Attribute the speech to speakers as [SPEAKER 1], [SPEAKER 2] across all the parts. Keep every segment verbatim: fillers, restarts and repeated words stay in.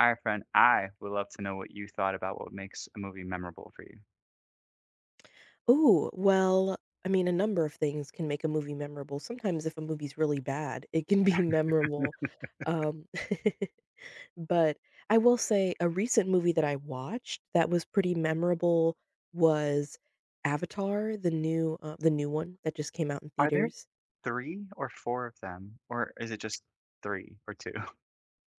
[SPEAKER 1] All right, friend. I would love to know what you thought about what makes a movie memorable for you.
[SPEAKER 2] Oh, well, I mean, a number of things can make a movie memorable. Sometimes if a movie's really bad, it can be memorable. Um, but I will say a recent movie that I watched that was pretty memorable was Avatar, the new uh, the new one that just came out in
[SPEAKER 1] Are there
[SPEAKER 2] theaters.
[SPEAKER 1] three or four of them, or is it just three or two?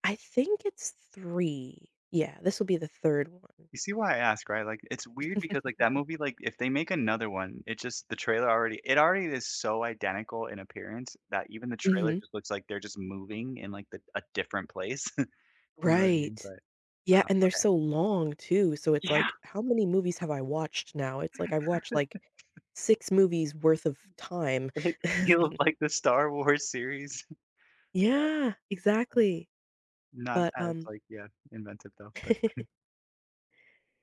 [SPEAKER 2] I think it's three. Yeah, this will be the third one.
[SPEAKER 1] You see why I ask, right? Like, it's weird because like that movie, like if they make another one, it just the trailer already it already is so identical in appearance that even the trailer
[SPEAKER 2] Mhm.
[SPEAKER 1] just looks like they're just moving in like the, a different place. you know what I mean?
[SPEAKER 2] Right.
[SPEAKER 1] But
[SPEAKER 2] Yeah, and they're so long too, so it's
[SPEAKER 1] yeah,
[SPEAKER 2] like, how many movies have I watched now? It's like I've watched, like, six movies worth of time.
[SPEAKER 1] it feels like the Star Wars series.
[SPEAKER 2] Yeah, exactly.
[SPEAKER 1] Not
[SPEAKER 2] But,
[SPEAKER 1] as
[SPEAKER 2] um
[SPEAKER 1] like yeah, inventive though, but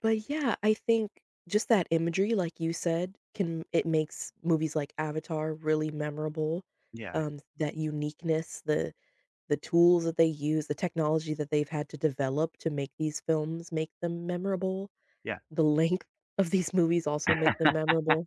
[SPEAKER 2] but yeah, I think just that imagery, like you said, can it makes movies like Avatar really memorable,
[SPEAKER 1] yeah,
[SPEAKER 2] um, that uniqueness, the the tools that they use, the technology that they've had to develop to make these films make them memorable.
[SPEAKER 1] yeah,
[SPEAKER 2] The length of these movies also make them memorable.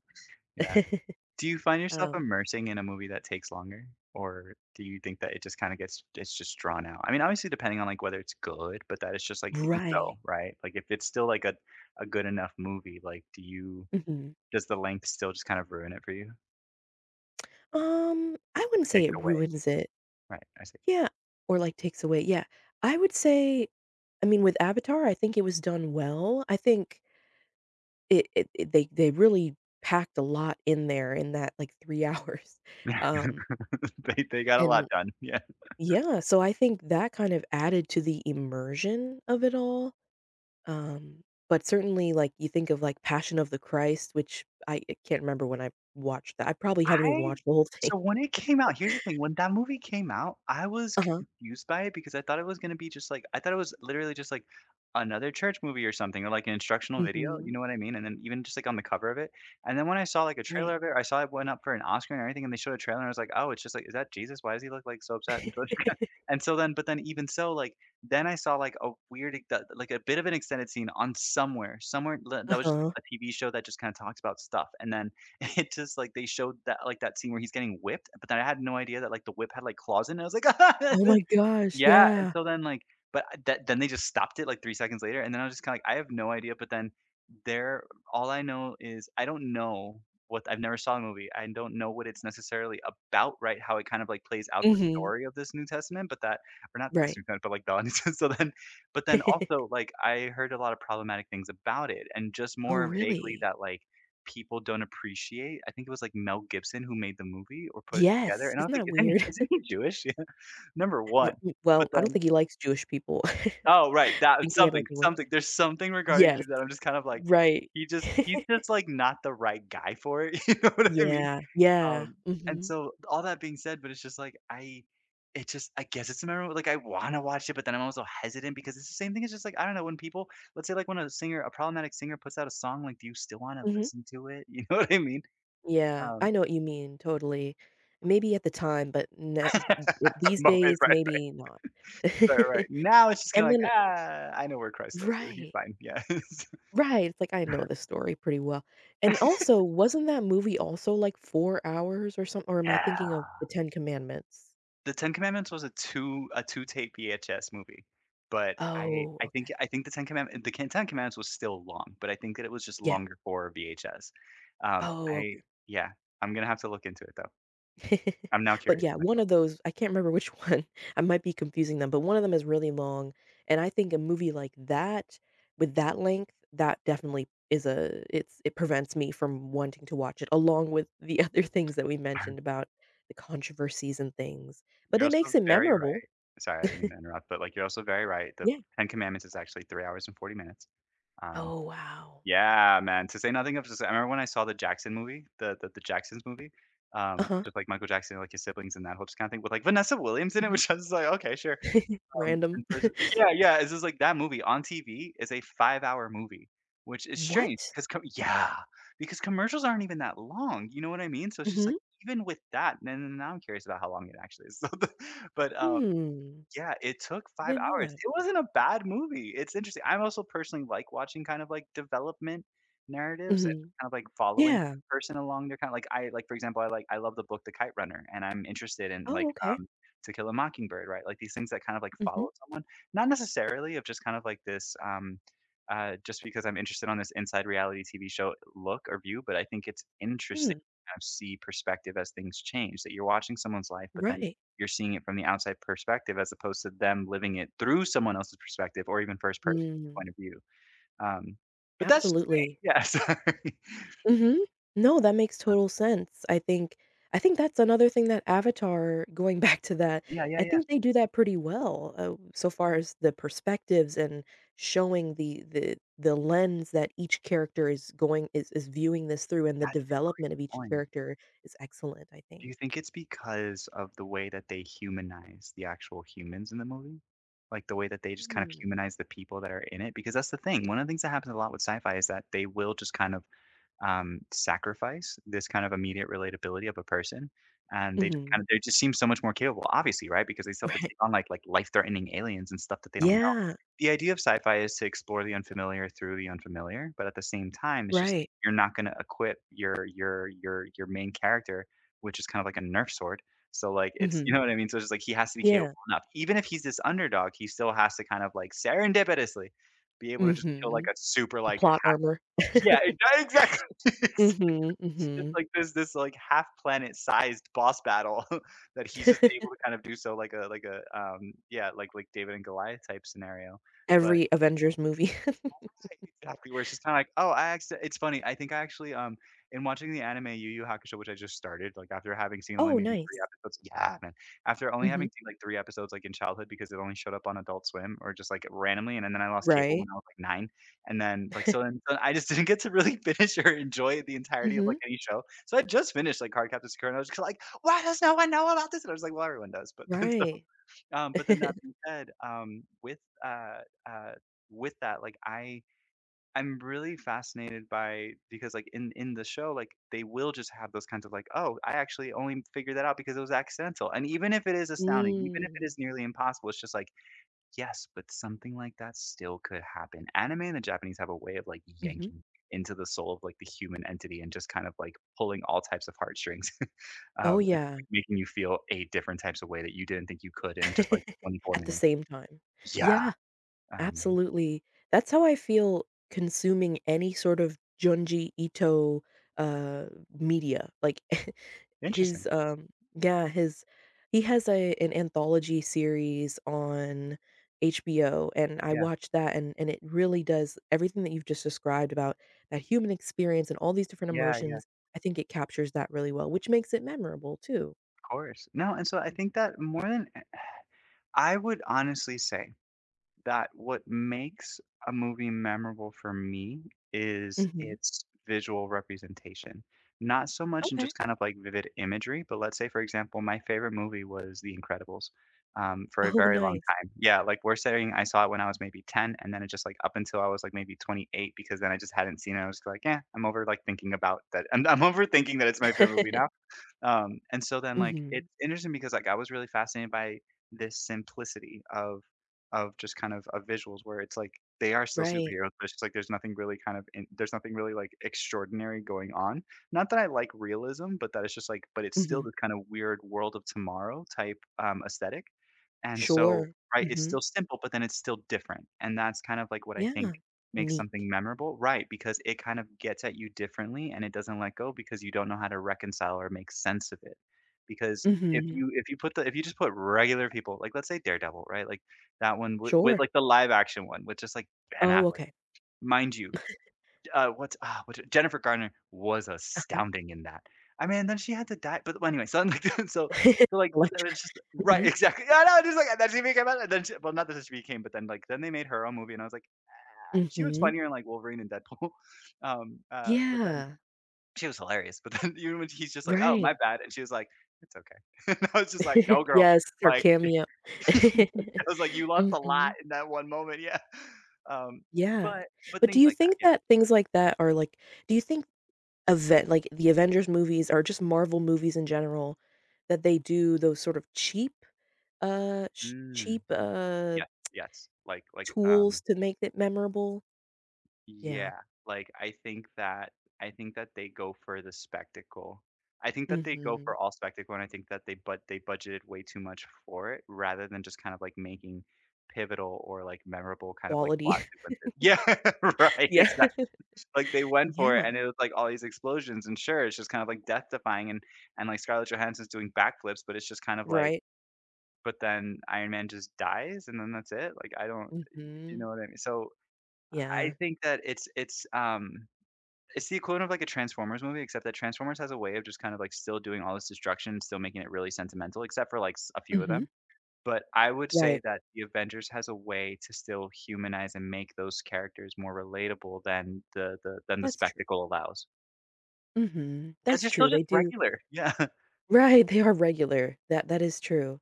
[SPEAKER 1] yeah. Do you find yourself
[SPEAKER 2] Um.
[SPEAKER 1] immersing in a movie that takes longer, or do you think that it just kinda gets it's just drawn out? I mean, obviously, depending on, like, whether it's good, but that it's just, like, even
[SPEAKER 2] Right.
[SPEAKER 1] so, right? Like, if it's still, like, a a good enough movie, like, do you
[SPEAKER 2] Mhm.
[SPEAKER 1] does the length still just kind of ruin it for you or
[SPEAKER 2] Um, I wouldn't
[SPEAKER 1] take
[SPEAKER 2] say it
[SPEAKER 1] it away?
[SPEAKER 2] ruins it.
[SPEAKER 1] Right, I see.
[SPEAKER 2] Yeah, or, like, takes away, yeah. I would say, I mean, with Avatar, I think it was done well. I think it it it they they really packed a lot in there in that, like, three hours. Um,
[SPEAKER 1] They they got a lot
[SPEAKER 2] and
[SPEAKER 1] done, yeah.
[SPEAKER 2] yeah, so I think that kind of added to the immersion of it all. Um, but certainly, like, you think of, like, Passion of the Christ, which I I can't remember when I watched that. I probably haven't even
[SPEAKER 1] I
[SPEAKER 2] watched the whole thing.
[SPEAKER 1] so when it came out here's the thing, when that movie came out, I was
[SPEAKER 2] Uh-huh.
[SPEAKER 1] confused by it because I thought it was gonna be just like I thought it was literally just like another church movie or something or like an instructional video, you
[SPEAKER 2] Mhm.
[SPEAKER 1] know what I mean? And then even just like on the cover of it, and then when I saw like a
[SPEAKER 2] Right.
[SPEAKER 1] trailer of it, I saw it went up for an Oscar and everything, and they showed a trailer and I was like, "Oh, it's just like, is that Jesus? Why does he look like so upset and so and so then but then even so, like, then I saw, like, a weird e the like, a bit of an extended scene on Somewhere. Somewhere l that was just,
[SPEAKER 2] Uh-huh.
[SPEAKER 1] like, a T V show that just kinda talks about stuff, and then it just like, they showed that like, that scene where he's getting whipped, but then I had no idea that, like, the whip had, like, claws in it. I was
[SPEAKER 2] Oh
[SPEAKER 1] like,
[SPEAKER 2] my gosh,
[SPEAKER 1] yeah, and
[SPEAKER 2] yeah.
[SPEAKER 1] so then, like but I- that then they just stopped it, like, three seconds later, and then I was just kinda like, "I have no idea," but then there all I know is I don't know what I've never saw the movie. I don't know what it's necessarily about, right, how it kind of, like, plays out the
[SPEAKER 2] Mhm.
[SPEAKER 1] story of this New Testament, but that or not this
[SPEAKER 2] Right.
[SPEAKER 1] New Testament, but, like, the New Testament, so then but then also, like, I heard a lot of problematic things about it and just
[SPEAKER 2] Oh,
[SPEAKER 1] more vaguely
[SPEAKER 2] really?
[SPEAKER 1] that, like, people don't appreciate I think it was, like, Mel Gibson who made the movie or put it together,
[SPEAKER 2] Yes,
[SPEAKER 1] and I was
[SPEAKER 2] isn't
[SPEAKER 1] like,
[SPEAKER 2] that
[SPEAKER 1] "Isn't he
[SPEAKER 2] weird?
[SPEAKER 1] isn't he Jewish?" Number
[SPEAKER 2] R
[SPEAKER 1] one,
[SPEAKER 2] m well,
[SPEAKER 1] but
[SPEAKER 2] I don't
[SPEAKER 1] then
[SPEAKER 2] think he likes Jewish people. I
[SPEAKER 1] Oh, right, that
[SPEAKER 2] think he had,
[SPEAKER 1] something
[SPEAKER 2] like, a ran
[SPEAKER 1] something there's something regarding
[SPEAKER 2] Yes,
[SPEAKER 1] Dude that I'm just kind of like,
[SPEAKER 2] right.
[SPEAKER 1] he just he's just, like, not the right guy for it, you know what I mean?
[SPEAKER 2] Yeah, yeah.
[SPEAKER 1] Um, and
[SPEAKER 2] Mhm,
[SPEAKER 1] so, all that being said, but it's just like, I it just I guess it's memorable, like, I wanna watch it, but then I'm also hesitant because it's the same thing, it's just like, I don't know, when people let's say, like, when a singer a problematic singer puts out a song, like, do you still wanna
[SPEAKER 2] mhm.
[SPEAKER 1] listen to it? You know what I mean?
[SPEAKER 2] Yeah,
[SPEAKER 1] Um
[SPEAKER 2] I know what you mean, totally. Maybe at the time, but na m these
[SPEAKER 1] moment,
[SPEAKER 2] days,
[SPEAKER 1] Right,
[SPEAKER 2] maybe not.
[SPEAKER 1] right, right, right. Now it's just kinda
[SPEAKER 2] And
[SPEAKER 1] like,
[SPEAKER 2] then.
[SPEAKER 1] "Ah, I know where Christ lives, he's
[SPEAKER 2] Right.
[SPEAKER 1] fine." Yeah.
[SPEAKER 2] Right, it's like, I know this story pretty well, and also, wasn't that movie also, like, four hours or something? Or am I thinking
[SPEAKER 1] Yeah.
[SPEAKER 2] of The Ten Commandments?
[SPEAKER 1] The Ten Commandments was a two a two tape V H S movie, but I
[SPEAKER 2] Oh,
[SPEAKER 1] I think
[SPEAKER 2] okay.
[SPEAKER 1] I think the Ten Commandment the Can Ten Commandments was still long, but I think that it was just
[SPEAKER 2] Yeah.
[SPEAKER 1] longer for V H S. Um,
[SPEAKER 2] Oh, okay.
[SPEAKER 1] I yeah, I'm gonna have to look into it, though. I'm now
[SPEAKER 2] But,
[SPEAKER 1] curious
[SPEAKER 2] yeah, one
[SPEAKER 1] myself.
[SPEAKER 2] of those, I can't remember which one, I might be confusing them, but one of them is really long, and I think a movie like that, with that length, that definitely is a it's it prevents me from wanting to watch it, along with the other things that we mentioned about the controversies and things, but
[SPEAKER 1] You're
[SPEAKER 2] it
[SPEAKER 1] also
[SPEAKER 2] makes it
[SPEAKER 1] very
[SPEAKER 2] memorable.
[SPEAKER 1] right sorry, I didn't mean to interrupt, but, like, you're also very right. The
[SPEAKER 2] Yeah.
[SPEAKER 1] Ten Commandments is actually three hours and forty minutes. Um
[SPEAKER 2] Oh, wow.
[SPEAKER 1] Yeah, man, to say nothing of just I remember when I saw the Jackson movie, the the the Jacksons movie, um, with,
[SPEAKER 2] Uh-huh.
[SPEAKER 1] just like, Michael Jackson and, like, his siblings and that whole kinda thing with, like, Vanessa Williams in it,
[SPEAKER 2] Mhm.
[SPEAKER 1] which I was like, "Okay, sure." Um,
[SPEAKER 2] Random.
[SPEAKER 1] and so it's just yeah, yeah, it's just like that movie on T V is a five-hour movie, which is strange
[SPEAKER 2] What?
[SPEAKER 1] because co yeah, because commercials aren't even that long, you know what I mean? So it's just like,
[SPEAKER 2] Mhm.
[SPEAKER 1] even with that, and then now I'm curious about how long it actually is. So the but, um
[SPEAKER 2] Hmm.
[SPEAKER 1] yeah, it took
[SPEAKER 2] I
[SPEAKER 1] five
[SPEAKER 2] didn't know
[SPEAKER 1] hours.
[SPEAKER 2] that.
[SPEAKER 1] It wasn't a bad movie. It's interesting. I also personally like watching kind of, like, development narratives and
[SPEAKER 2] Mhm.
[SPEAKER 1] kind of, like, following a
[SPEAKER 2] Yeah.
[SPEAKER 1] person along their kind of like I like, for example, I like I love the book The Kite Runner, and I'm interested in, like,
[SPEAKER 2] Oh, okay.
[SPEAKER 1] um, To Kill a Mockingbird, right? Like, these things that kind of, like,
[SPEAKER 2] Mhm.
[SPEAKER 1] follow someone, not necessarily of just kind of like this, um, uh, just because I'm interested on this inside reality T V show look or view, but I think it's
[SPEAKER 2] Hmm.
[SPEAKER 1] interesting to kind of see perspective as things change, that you're watching someone's life, but then
[SPEAKER 2] Right.
[SPEAKER 1] you're seeing it from the outside perspective as opposed to them living it through someone else's perspective or even first person point
[SPEAKER 2] Mm.
[SPEAKER 1] of view. Um, but that's just me.
[SPEAKER 2] Absolutely.
[SPEAKER 1] Yeah, sorry.
[SPEAKER 2] Mhm. No, that makes total sense. I think I think that's another thing that Avatar, going back to that,
[SPEAKER 1] Yeah, yeah,
[SPEAKER 2] I
[SPEAKER 1] yeah.
[SPEAKER 2] think they do that pretty well, uh, so far as the perspectives and showing the the the lens that each character is going is is viewing this through, and the
[SPEAKER 1] That's a good
[SPEAKER 2] development of each
[SPEAKER 1] point.
[SPEAKER 2] character is excellent, I
[SPEAKER 1] Do
[SPEAKER 2] think.
[SPEAKER 1] you think it's because of the way that they humanize the actual humans in the movie? Like the way that they just kind of
[SPEAKER 2] Mm.
[SPEAKER 1] humanize the people that are in it? Because that's the thing. One of the things that happens a lot with sci-fi is that they will just kind of um, sacrifice this kind of immediate relatability of a person, and they just kind
[SPEAKER 2] Mhm.
[SPEAKER 1] of they just seem so much more capable, obviously, right? Because they still have to
[SPEAKER 2] Right.
[SPEAKER 1] take on like like life-threatening aliens and stuff that they don't know.
[SPEAKER 2] Yeah.
[SPEAKER 1] The idea of sci-fi is to explore the unfamiliar through the unfamiliar, but at the same time, it's just like,
[SPEAKER 2] Right.
[SPEAKER 1] you're not gonna equip your your your your main character, which is kind of like a Nerf sword. So like it's you
[SPEAKER 2] Mhm.
[SPEAKER 1] know what I mean? So it's just like he has to be capable
[SPEAKER 2] Yeah.
[SPEAKER 1] enough. Even if he's this underdog, he still has to kind of like serendipitously be able to just kill like
[SPEAKER 2] Mhm.
[SPEAKER 1] a super
[SPEAKER 2] The
[SPEAKER 1] like
[SPEAKER 2] plot armor.
[SPEAKER 1] yeah, e exactly.
[SPEAKER 2] Mhm,
[SPEAKER 1] Just
[SPEAKER 2] mhm.
[SPEAKER 1] like there's this like half planet sized boss battle that he's just able to kind of do so like a like a um yeah like like David and Goliath type scenario, but
[SPEAKER 2] Every Avengers movie.
[SPEAKER 1] exactly, where it's just kinda like, "Oh, I actually it's funny, I think I actually, um, in watching the anime Yu Yu Hakusho, which I just started, like, after having seen only
[SPEAKER 2] Oh,
[SPEAKER 1] maybe
[SPEAKER 2] nice.
[SPEAKER 1] three episodes yeah, man. After only having
[SPEAKER 2] Mhm.
[SPEAKER 1] seen, like, three episodes, like, in childhood because it only showed up on Adult Swim or just, like, randomly, and then I lost cable when
[SPEAKER 2] Right?
[SPEAKER 1] I was, like, nine, and then, like, so then so I just didn't get to really finish or enjoy the entirety of, like,
[SPEAKER 2] Mhm.
[SPEAKER 1] any show. So I just finished, like, Cardcaptor Sakura, and I was just like, "Why does no one know about this?" And I was like, "Well, everyone does." But then so,
[SPEAKER 2] Right.
[SPEAKER 1] um, but then that being said, um, with, uh, uh, with that, like, I I'm really fascinated by because like in in the show, like they will just have those kinds of like, "Oh, I actually only figured that out because it was accidental." And even if it is astounding, even if it is
[SPEAKER 2] Mm.
[SPEAKER 1] nearly impossible, it's just like, "Yes, but something like that still could happen." Anime and the Japanese have a way of like
[SPEAKER 2] Mhm.
[SPEAKER 1] yanking into the soul of like the human entity and just kind of like pulling all types of heartstrings, um,
[SPEAKER 2] Oh,
[SPEAKER 1] and like
[SPEAKER 2] yeah.
[SPEAKER 1] making you feel eight different types of way that you didn't think you could in just like twenty-four
[SPEAKER 2] At the
[SPEAKER 1] minutes.
[SPEAKER 2] same time.
[SPEAKER 1] Yeah,
[SPEAKER 2] Yeah.
[SPEAKER 1] um,
[SPEAKER 2] Absolutely. That's how I feel consuming any sort of Junji Ito, uh, media, like,
[SPEAKER 1] interesting.
[SPEAKER 2] his, um yeah, his he has a an anthology series on H B O, and I
[SPEAKER 1] Yeah.
[SPEAKER 2] watched that, and and it really does everything that you've just described about that human experience and all these different
[SPEAKER 1] Yeah, yeah.
[SPEAKER 2] emotions. I think it captures that really well, which makes it memorable too.
[SPEAKER 1] course. No, and so I think that more than eh, I would honestly say that what makes a movie memorable for me is
[SPEAKER 2] Mhm.
[SPEAKER 1] its visual representation. Not so much in
[SPEAKER 2] Okay.
[SPEAKER 1] just kind of like vivid imagery, but let's say, for example, my favorite movie was The Incredibles um, for a
[SPEAKER 2] Oh,
[SPEAKER 1] very long
[SPEAKER 2] nice.
[SPEAKER 1] time. Yeah, like we're saying, I saw it when I was maybe ten, and then it just like up until I was like maybe twenty-eight, because then I just hadn't seen it. I was like, yeah, I'm over like thinking about that. I'm, I'm overthinking that it's my favorite movie now um, And so then like it's
[SPEAKER 2] Mhm.
[SPEAKER 1] interesting because like I was really fascinated by this simplicity of of just kind of of visuals where it's like they are still
[SPEAKER 2] Right.
[SPEAKER 1] superheroes, but it's just like there's nothing really kind of in, there's nothing really like extraordinary going on. Not that I like realism, but that it's just like but it's still
[SPEAKER 2] Mhm.
[SPEAKER 1] this kind of weird world of tomorrow type um, aesthetic. And so
[SPEAKER 2] Sure.
[SPEAKER 1] right, it's
[SPEAKER 2] Mhm.
[SPEAKER 1] still simple, but then it's still different, and that's kind of like what I think
[SPEAKER 2] Yeah.
[SPEAKER 1] makes something
[SPEAKER 2] Unique.
[SPEAKER 1] memorable right, because it kind of gets at you differently and it doesn't let go because you don't know how to reconcile or make sense of it. Because if
[SPEAKER 2] Mhm.
[SPEAKER 1] you if you put the if you just put regular people, like, let's say Daredevil, right? Like, that one with with,
[SPEAKER 2] Sure.
[SPEAKER 1] like, the live action one with just, like, Ben
[SPEAKER 2] Oh,
[SPEAKER 1] Affleck.
[SPEAKER 2] okay.
[SPEAKER 1] Mind you, uh, what's ah, what Jennifer Garner was
[SPEAKER 2] Uh-huh.
[SPEAKER 1] astounding in that. I mean, then she had to die, but well, anyway, so like, so so like, but then
[SPEAKER 2] Electro.
[SPEAKER 1] it's just right,
[SPEAKER 2] Mhm.
[SPEAKER 1] exactly. I know, just like and then she became, and then she, well, not that she became, but then like, then they made her own movie, and I was like, ah, she was
[SPEAKER 2] Mhm.
[SPEAKER 1] funnier in like Wolverine and Deadpool, um, uh, but then
[SPEAKER 2] Yeah.
[SPEAKER 1] she was hilarious. But then even when he's just like, oh, my
[SPEAKER 2] Right.
[SPEAKER 1] bad, and she was like, it's okay. And I was just like, no, girl,
[SPEAKER 2] Yes, our
[SPEAKER 1] like,
[SPEAKER 2] cameo.
[SPEAKER 1] I was like, you lost a lot
[SPEAKER 2] Mhm.
[SPEAKER 1] in that one moment, yeah. Um,
[SPEAKER 2] Yeah.
[SPEAKER 1] but but
[SPEAKER 2] But do
[SPEAKER 1] things
[SPEAKER 2] you
[SPEAKER 1] like that,
[SPEAKER 2] think
[SPEAKER 1] yeah.
[SPEAKER 2] that things like that are, like, do you think event like, the Avengers movies or just Marvel movies in general, that they do those sort of cheap, uh, sh
[SPEAKER 1] Mm.
[SPEAKER 2] cheap, uh,
[SPEAKER 1] Yes, yes. Like like, um
[SPEAKER 2] tools to make it memorable? Yeah.
[SPEAKER 1] yeah, like, I think that I think that they go for the spectacle. I think that they go for
[SPEAKER 2] Mhm.
[SPEAKER 1] all spectacle, and I think that they but they budgeted way too much for it rather than just kind of, like, making pivotal or, like, memorable kind of, like,
[SPEAKER 2] Quality.
[SPEAKER 1] plot sequences. Yeah, right,
[SPEAKER 2] Yeah.
[SPEAKER 1] exactly. Like, they went for it,
[SPEAKER 2] Yeah.
[SPEAKER 1] and it was, like, all these explosions, and sure, it's just kind of, like, death defying and and, like, Scarlett Johansson's doing backflips, but it's just kind of like
[SPEAKER 2] Right.
[SPEAKER 1] but then Iron Man just dies, and then that's it? Like, I don't you know
[SPEAKER 2] Mhm.
[SPEAKER 1] what I mean? So I
[SPEAKER 2] Yeah.
[SPEAKER 1] think that it's it's, um it's the equivalent of, like, a Transformers movie, except that Transformers has a way of just kind of, like, still doing all this destruction still making it really sentimental, except for, like, s a few of
[SPEAKER 2] Mhm.
[SPEAKER 1] them. But I would say
[SPEAKER 2] Right.
[SPEAKER 1] that the Avengers has a way to still humanize and make those characters more relatable than the the than the
[SPEAKER 2] That's true.
[SPEAKER 1] spectacle allows,
[SPEAKER 2] Mhm.
[SPEAKER 1] because 'Cause
[SPEAKER 2] That's
[SPEAKER 1] they're still
[SPEAKER 2] true. They
[SPEAKER 1] just
[SPEAKER 2] do.
[SPEAKER 1] regular. Yeah.
[SPEAKER 2] Right, they are regular. That that is true.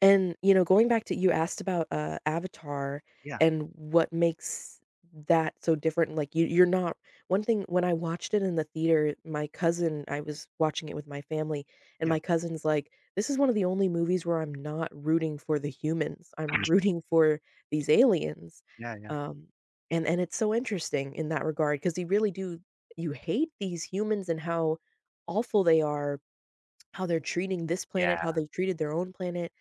[SPEAKER 2] And, you know, going back to, you asked about, uh, Avatar
[SPEAKER 1] Yeah.
[SPEAKER 2] and what makes that so different, like, you you're not one thing when I watched it in the theater, my cousin I was watching it with my family, and
[SPEAKER 1] Yeah.
[SPEAKER 2] my cousin's like, "This is one of the only movies where I'm not rooting for the humans, I'm rooting for these aliens."
[SPEAKER 1] Yeah, yeah.
[SPEAKER 2] Um, and and it's so interesting in that regard because you really do, you hate these humans and how awful they are, how they're treating this planet, how
[SPEAKER 1] Yeah.
[SPEAKER 2] they treated their own planet.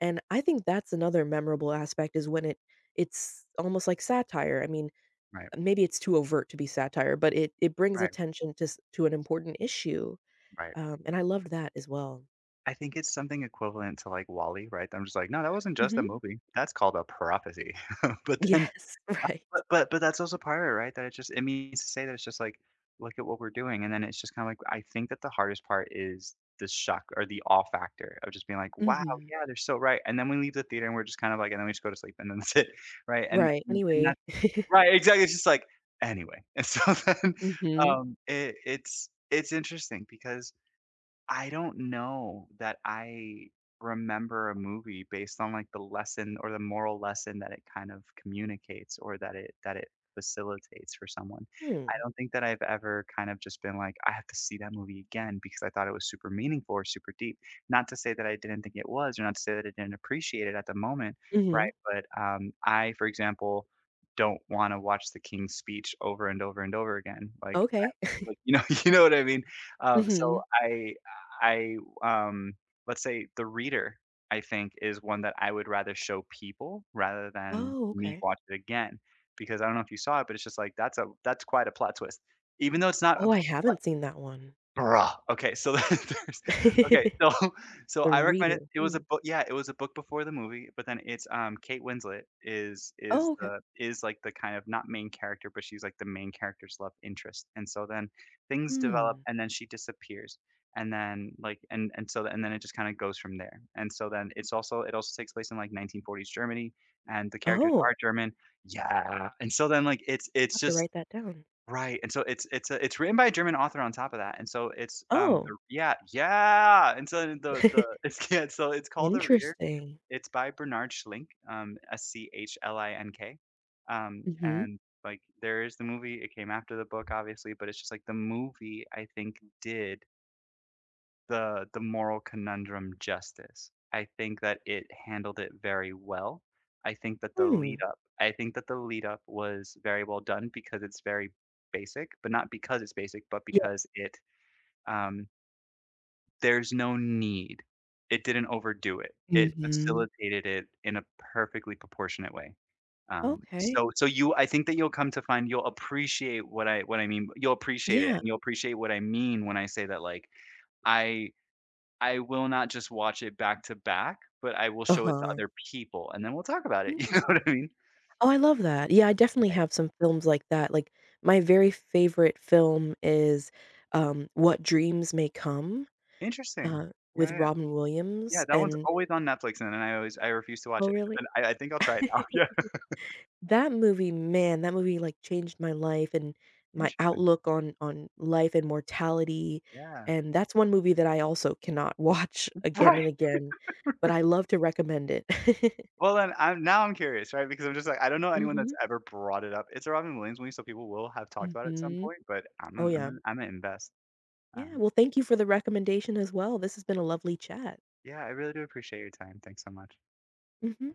[SPEAKER 2] And I think that's another memorable aspect, is when it it's almost like satire. I mean,
[SPEAKER 1] Right.
[SPEAKER 2] maybe it's too overt to be satire, but it it brings
[SPEAKER 1] Right.
[SPEAKER 2] attention to s to an important issue,
[SPEAKER 1] Right.
[SPEAKER 2] um, and I loved that as well.
[SPEAKER 1] I think it's something equivalent to, like, WALL-E, right? I'm just like, "No, that wasn't just a
[SPEAKER 2] Mhm.
[SPEAKER 1] movie. That's called a prophecy." But then
[SPEAKER 2] Yes,
[SPEAKER 1] But
[SPEAKER 2] right.
[SPEAKER 1] but but that's also part of it, right? That it just it means to say that it's just like, look at what we're doing, and then it's just kinda like I think that the hardest part is the shock or the awe factor of just being like, "Wow,
[SPEAKER 2] Mhm.
[SPEAKER 1] yeah, they're so right," and then we leave the theater and we're just kind of like and then we just go to sleep and then that's it, right? And
[SPEAKER 2] Right,
[SPEAKER 1] and
[SPEAKER 2] anyway.
[SPEAKER 1] that's right, exactly, it's just like, anyway, and so then,
[SPEAKER 2] Mhm.
[SPEAKER 1] um, it it's it's interesting because I don't know that I remember a movie based on, like, the lesson or the moral lesson that it kind of communicates or that it that it facilitates for someone.
[SPEAKER 2] Hmm.
[SPEAKER 1] I don't think that I've ever kind of just been like, "I have to see that movie again because I thought it was super meaningful or super deep." Not to say that I didn't think it was or not to say that I didn't appreciate it at the moment,
[SPEAKER 2] Mhm.
[SPEAKER 1] right? But, um, I, for example, don't wanna watch The King's Speech over and over and over again. Like,
[SPEAKER 2] Okay.
[SPEAKER 1] like, you know you know what I mean? Um, so
[SPEAKER 2] Mhm.
[SPEAKER 1] I I, um, let's say The Reader, I think, is one that I would rather show people rather than
[SPEAKER 2] Oh,
[SPEAKER 1] me
[SPEAKER 2] okay.
[SPEAKER 1] watch it again, because I don't know if you saw it, but it's just like, that's a that's quite a plot twist. Even though it's not a
[SPEAKER 2] Oh,
[SPEAKER 1] p
[SPEAKER 2] I
[SPEAKER 1] a
[SPEAKER 2] haven't seen that one.
[SPEAKER 1] Bruh. Okay, so there's okay, so so
[SPEAKER 2] The
[SPEAKER 1] I recommend it.
[SPEAKER 2] Reader.
[SPEAKER 1] It was a
[SPEAKER 2] Hmm.
[SPEAKER 1] book, yeah, it was a book before the movie, but then it's, um, Kate Winslet is is
[SPEAKER 2] Oh, okay.
[SPEAKER 1] the is, like, the kind of not main character, but she's, like, the main character's love interest, and so then things develop,
[SPEAKER 2] Hmm.
[SPEAKER 1] and then she disappears, and then, like and and so and then it just kinda goes from there, and so then it's also it also takes place in, like, nineteen forties Germany, and the characters
[SPEAKER 2] Oh,
[SPEAKER 1] are German. Yeah, and so then, like, it's
[SPEAKER 2] I
[SPEAKER 1] it's
[SPEAKER 2] have to
[SPEAKER 1] just
[SPEAKER 2] write that down.
[SPEAKER 1] right, and so it's it's a it's written by a German author on top of that, and so it's, um,
[SPEAKER 2] Oh.
[SPEAKER 1] the yeah, yeah, and so the the it's yeah, so it's called The Reader.
[SPEAKER 2] Interesting.
[SPEAKER 1] It's by Bernard Schlink, um, S C H L I N K, um,
[SPEAKER 2] Mhm.
[SPEAKER 1] and, like, there is the movie, it came after the book, obviously, but it's just, like, the movie, I think, did the the moral conundrum justice. I think that it handled it very well. I think that the
[SPEAKER 2] Hmm.
[SPEAKER 1] lead up I think that the lead up was very well done because it's very basic, but not because it's basic, but
[SPEAKER 2] Yeah.
[SPEAKER 1] because it um, there's no need. It didn't overdo it. It
[SPEAKER 2] Mhm.
[SPEAKER 1] facilitated it in a perfectly proportionate way. Um,
[SPEAKER 2] Okay.
[SPEAKER 1] so so you I think that you'll come to find you'll appreciate what I what I mean. You'll appreciate it and
[SPEAKER 2] Yeah.
[SPEAKER 1] you'll appreciate what I mean when I say that like I I will not just watch it back to back, but I will show it to
[SPEAKER 2] Uh-huh.
[SPEAKER 1] other people, and then we'll talk about it, you know what
[SPEAKER 2] Interesting.
[SPEAKER 1] I mean?
[SPEAKER 2] Oh, I love that. Yeah, I definitely
[SPEAKER 1] Yeah,
[SPEAKER 2] have some films like that. Like, my very favorite film is, um, What Dreams May Come,
[SPEAKER 1] yeah. Interesting.
[SPEAKER 2] uh,
[SPEAKER 1] Yeah,
[SPEAKER 2] with
[SPEAKER 1] yeah.
[SPEAKER 2] Robin
[SPEAKER 1] Yeah,
[SPEAKER 2] Williams,
[SPEAKER 1] that one's
[SPEAKER 2] and
[SPEAKER 1] always on Netflix, and then I always I refuse to watch
[SPEAKER 2] Oh,
[SPEAKER 1] it,
[SPEAKER 2] really?
[SPEAKER 1] but then I I think I'll try it now, yeah.
[SPEAKER 2] That movie, man, that movie, like, changed my life and my
[SPEAKER 1] Interesting.
[SPEAKER 2] outlook on on life and mortality,
[SPEAKER 1] Yeah.
[SPEAKER 2] and that's one movie that I also cannot watch again
[SPEAKER 1] Right.
[SPEAKER 2] and again, but I love to recommend it.
[SPEAKER 1] Well, then I'm now I'm curious, right, because I'm just like, I don't know anyone that's
[SPEAKER 2] Mhm,
[SPEAKER 1] ever brought it up. It's a Robin Williams movie, so people will have talked about it at some
[SPEAKER 2] mhm.
[SPEAKER 1] point, but I'm
[SPEAKER 2] Oh,
[SPEAKER 1] gonna I'm
[SPEAKER 2] yeah.
[SPEAKER 1] gonna Imma invest.
[SPEAKER 2] Yeah,
[SPEAKER 1] Um,
[SPEAKER 2] well, thank you for the recommendation as well. This has been a lovely chat.
[SPEAKER 1] yeah, I really do appreciate your time. Thanks so much.
[SPEAKER 2] Mhm.